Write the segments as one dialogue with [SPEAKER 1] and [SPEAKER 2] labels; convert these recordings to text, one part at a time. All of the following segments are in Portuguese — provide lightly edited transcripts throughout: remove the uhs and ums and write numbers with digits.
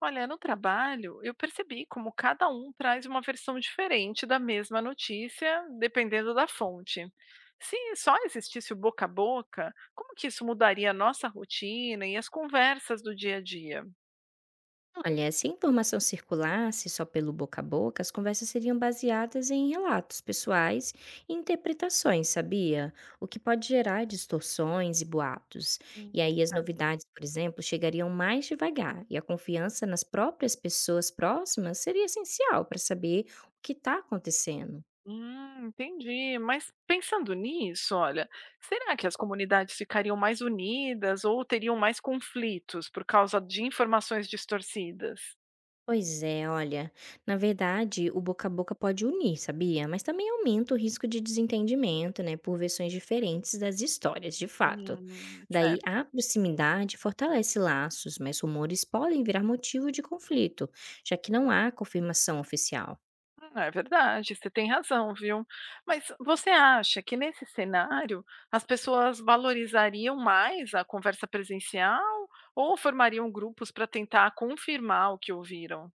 [SPEAKER 1] Olha, no trabalho, eu percebi como cada um traz uma versão diferente da mesma notícia, dependendo da fonte. Se só existisse o boca a boca, como que isso mudaria a nossa rotina e as conversas do dia a dia?
[SPEAKER 2] Olha, se a informação circulasse só pelo boca a boca, as conversas seriam baseadas em relatos pessoais e interpretações, sabia? O que pode gerar distorções e boatos.
[SPEAKER 1] Hum,
[SPEAKER 2] E aí as
[SPEAKER 1] certo.
[SPEAKER 2] novidades, por exemplo, chegariam mais devagar, e a confiança nas próprias pessoas próximas seria essencial para saber o que está acontecendo.
[SPEAKER 1] Entendi. Mas pensando nisso, olha, será que as comunidades ficariam mais unidas ou teriam mais conflitos por causa de informações distorcidas?
[SPEAKER 2] Pois é, olha, na verdade, o boca a boca pode unir, sabia? Mas também aumenta o risco de desentendimento, né, por versões diferentes das histórias, de fato. Daí,
[SPEAKER 1] Certo.
[SPEAKER 2] a proximidade fortalece laços, mas rumores podem virar motivo de conflito, já que não há confirmação oficial.
[SPEAKER 1] É verdade, você tem razão, viu. Mas você acha que nesse cenário as pessoas valorizariam mais a conversa presencial ou formariam grupos para tentar confirmar o que ouviram?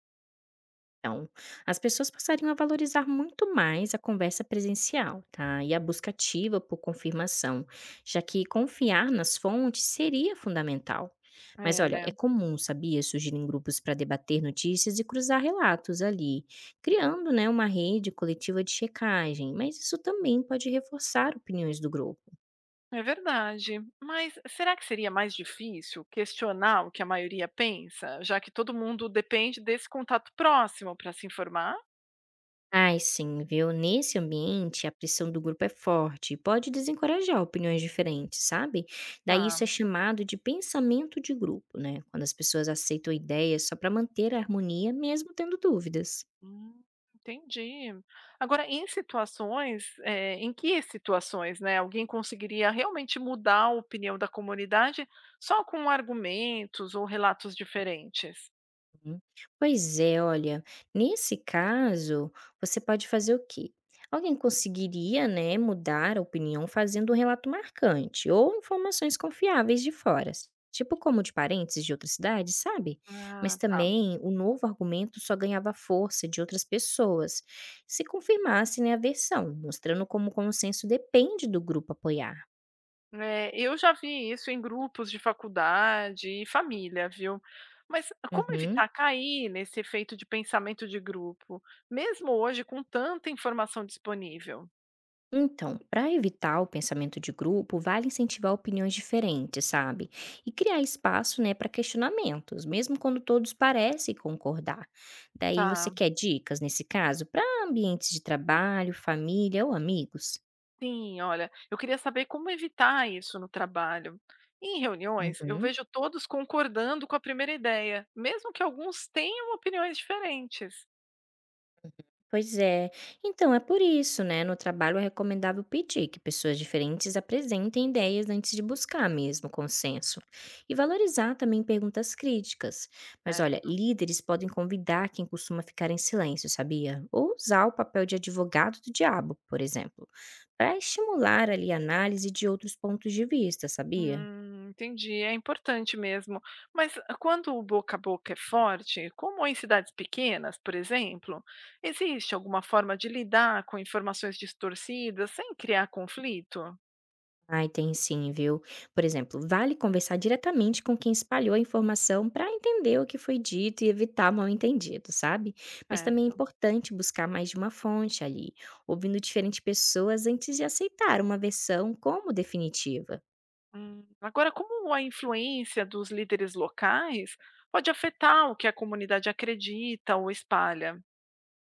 [SPEAKER 2] Então, as pessoas passariam a valorizar muito mais a conversa presencial, tá? E a busca ativa por confirmação, já que confiar nas fontes seria fundamental. Mas
[SPEAKER 1] É,
[SPEAKER 2] olha,
[SPEAKER 1] né.
[SPEAKER 2] é comum, sabia, surgirem grupos para debater notícias e cruzar relatos ali, criando, né, uma rede coletiva de checagem, mas isso também pode reforçar opiniões do grupo.
[SPEAKER 1] É verdade. Mas será que seria mais difícil questionar o que a maioria pensa, já que todo mundo depende desse contato próximo para se informar?
[SPEAKER 2] Ai, sim, viu? Nesse ambiente, a pressão do grupo é forte e pode desencorajar opiniões diferentes, sabe? Daí isso é
[SPEAKER 1] Tá.
[SPEAKER 2] chamado de pensamento de grupo, né? Quando as pessoas aceitam ideias só para manter a harmonia, mesmo tendo dúvidas.
[SPEAKER 1] Hum, entendi. Agora, em situações, em que situações, né, alguém conseguiria realmente mudar a opinião da comunidade só com argumentos ou relatos diferentes?
[SPEAKER 2] Hum. Pois é, olha, nesse caso, você pode fazer o quê? Alguém conseguiria, né, mudar a opinião fazendo um relato marcante ou informações confiáveis de fora, tipo como de parentes de outras cidades, sabe? Mas
[SPEAKER 1] Ah, tá.
[SPEAKER 2] também o novo argumento só ganhava força de outras pessoas se confirmasse, né, a versão, mostrando como o consenso depende do grupo apoiar.
[SPEAKER 1] É, eu já vi isso em grupos de faculdade e família, viu? Mas como
[SPEAKER 2] Uhum.
[SPEAKER 1] evitar cair nesse efeito de pensamento de grupo, mesmo hoje com tanta informação disponível?
[SPEAKER 2] Então, para evitar o pensamento de grupo, vale incentivar opiniões diferentes, sabe? E criar espaço, né, para questionamentos, mesmo quando todos parecem concordar. Daí você
[SPEAKER 1] Tá.
[SPEAKER 2] quer dicas nesse caso para ambientes de trabalho, família ou amigos?
[SPEAKER 1] Sim, olha, eu queria saber como evitar isso no trabalho. Em reuniões, eu
[SPEAKER 2] Uhum.
[SPEAKER 1] vejo todos concordando com a primeira ideia, mesmo que alguns tenham opiniões diferentes.
[SPEAKER 2] Pois é. Então, é por isso, né? No trabalho é recomendável pedir que pessoas diferentes apresentem ideias antes de buscar mesmo consenso. E valorizar também perguntas críticas. Mas olha,
[SPEAKER 1] Certo.
[SPEAKER 2] líderes podem convidar quem costuma ficar em silêncio, sabia? Ou usar o papel de advogado do diabo, por exemplo, para estimular ali a análise de outros pontos de vista, sabia?
[SPEAKER 1] Entendi, é importante mesmo. Mas quando o boca a boca é forte, como em cidades pequenas, por exemplo, existe alguma forma de lidar com informações distorcidas sem criar conflito?
[SPEAKER 2] Ai, tem sim, viu? Por exemplo, vale conversar diretamente com quem espalhou a informação para entender o que foi dito e evitar mal-entendido, sabe? Mas também é
[SPEAKER 1] Certo.
[SPEAKER 2] importante buscar mais de uma fonte ali, ouvindo diferentes pessoas antes de aceitar uma versão como definitiva.
[SPEAKER 1] Agora, como a influência dos líderes locais pode afetar o que a comunidade acredita ou espalha?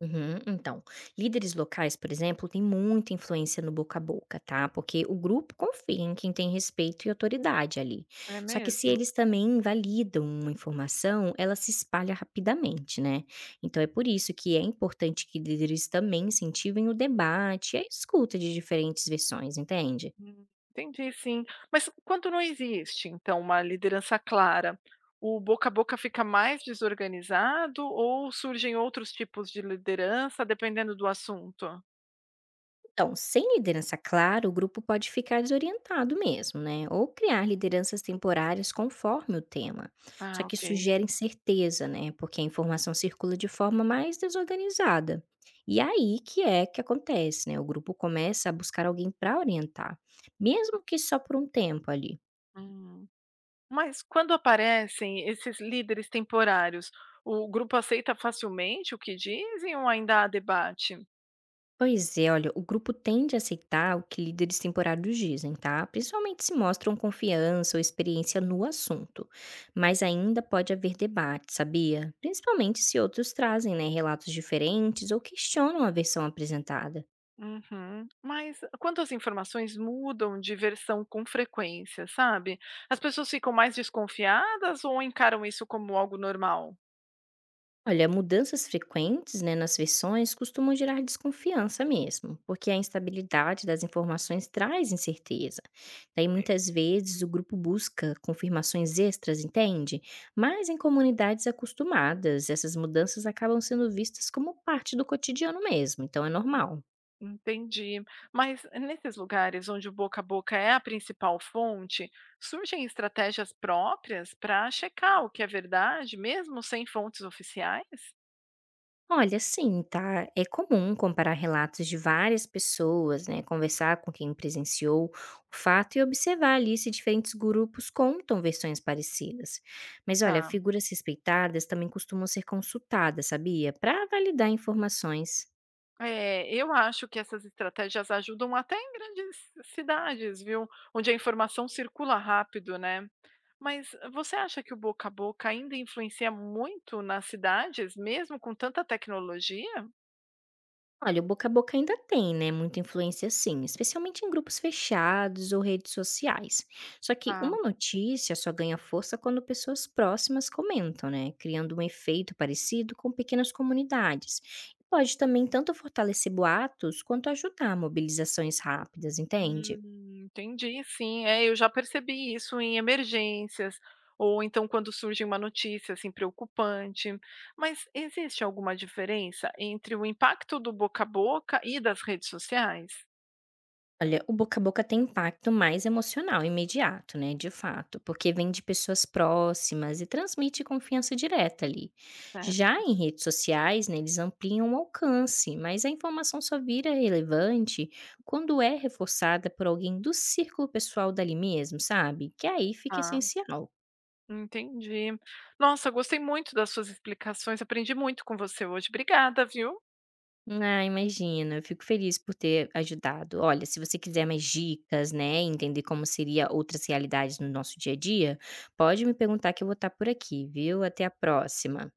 [SPEAKER 2] Uhum. Então, líderes locais, por exemplo, têm muita influência no boca a boca, tá? Porque o grupo confia em quem tem respeito e autoridade ali.
[SPEAKER 1] É
[SPEAKER 2] Só que se
[SPEAKER 1] mesmo?
[SPEAKER 2] eles também invalidam uma informação, ela se espalha rapidamente, né? Então é por isso que é importante que líderes também incentivem o debate e a escuta de diferentes versões, entende?
[SPEAKER 1] Entendi, sim. Mas quando não existe, então, uma liderança clara, o boca a boca fica mais desorganizado ou surgem outros tipos de liderança, dependendo do assunto?
[SPEAKER 2] Então, sem liderança clara, o grupo pode ficar desorientado mesmo, né? Ou criar lideranças temporárias conforme o tema. Só
[SPEAKER 1] Ah,
[SPEAKER 2] que isso
[SPEAKER 1] ok.
[SPEAKER 2] gera incerteza, né? Porque a informação circula de forma mais desorganizada. E aí que é que acontece, né? O grupo começa a buscar alguém para orientar, mesmo que só por um tempo ali.
[SPEAKER 1] Hum. Mas quando aparecem esses líderes temporários, o grupo aceita facilmente o que dizem ou ainda há debate?
[SPEAKER 2] Pois é, olha, o grupo tende a aceitar o que líderes temporários dizem, tá? Principalmente se mostram confiança ou experiência no assunto. Mas ainda pode haver debate, sabia? Principalmente se outros trazem, né, relatos diferentes ou questionam a versão apresentada.
[SPEAKER 1] Uhum. Mas quando as informações mudam de versão com frequência, sabe? As pessoas ficam mais desconfiadas ou encaram isso como algo normal?
[SPEAKER 2] Olha, mudanças frequentes, né, nas versões costumam gerar desconfiança mesmo, porque a instabilidade das informações traz incerteza. Daí
[SPEAKER 1] É,
[SPEAKER 2] muitas vezes o grupo busca confirmações extras, entende? Mas em comunidades acostumadas, essas mudanças acabam sendo vistas como parte do cotidiano mesmo, então é
[SPEAKER 1] en-
[SPEAKER 2] normal.
[SPEAKER 1] entendi. Mas nesses lugares onde o boca a boca é a principal fonte, surgem estratégias próprias para checar o que é verdade, mesmo sem fontes oficiais?
[SPEAKER 2] Olha, sim, tá? É comum comparar relatos de várias pessoas, né? Conversar com quem presenciou o fato e observar ali se diferentes grupos contam versões parecidas. Mas olha,
[SPEAKER 1] Tá.
[SPEAKER 2] figuras respeitadas também costumam ser consultadas, sabia? Para validar informações.
[SPEAKER 1] É, eu acho que essas estratégias ajudam até em grandes cidades, viu? Onde a informação circula rápido, né? Mas você acha que o boca a boca ainda influencia muito nas cidades, mesmo com tanta tecnologia?
[SPEAKER 2] Olha, o boca a boca ainda tem, né, muita influência sim, especialmente em grupos fechados ou redes sociais. Só que
[SPEAKER 1] Ah,
[SPEAKER 2] uma notícia só ganha força quando pessoas próximas comentam, né, criando um efeito parecido com pequenas comunidades. E pode também tanto fortalecer boatos quanto ajudar mobilizações rápidas, entende?
[SPEAKER 1] entendi, sim. É, eu já percebi isso em emergências, ou então quando surge uma notícia assim preocupante. Mas existe alguma diferença entre o impacto do boca a boca e das redes sociais?
[SPEAKER 2] Olha, o boca a boca tem impacto mais emocional, imediato, né, de fato, porque vem de pessoas próximas e transmite confiança direta ali.
[SPEAKER 1] Certo.
[SPEAKER 2] Já em redes sociais, né, eles ampliam o alcance, mas a informação só vira relevante quando é reforçada por alguém do círculo pessoal dali mesmo, sabe? Que aí fica
[SPEAKER 1] Ah,
[SPEAKER 2] essencial.
[SPEAKER 1] entendi. Nossa, gostei muito das suas explicações. Aprendi muito com você hoje. Obrigada, viu?
[SPEAKER 2] Ah, imagina, eu fico feliz por ter ajudado. Olha, se você quiser mais dicas, né, entender como seria outras realidades no nosso dia a dia, pode me perguntar que eu vou estar por aqui, viu? Até a próxima.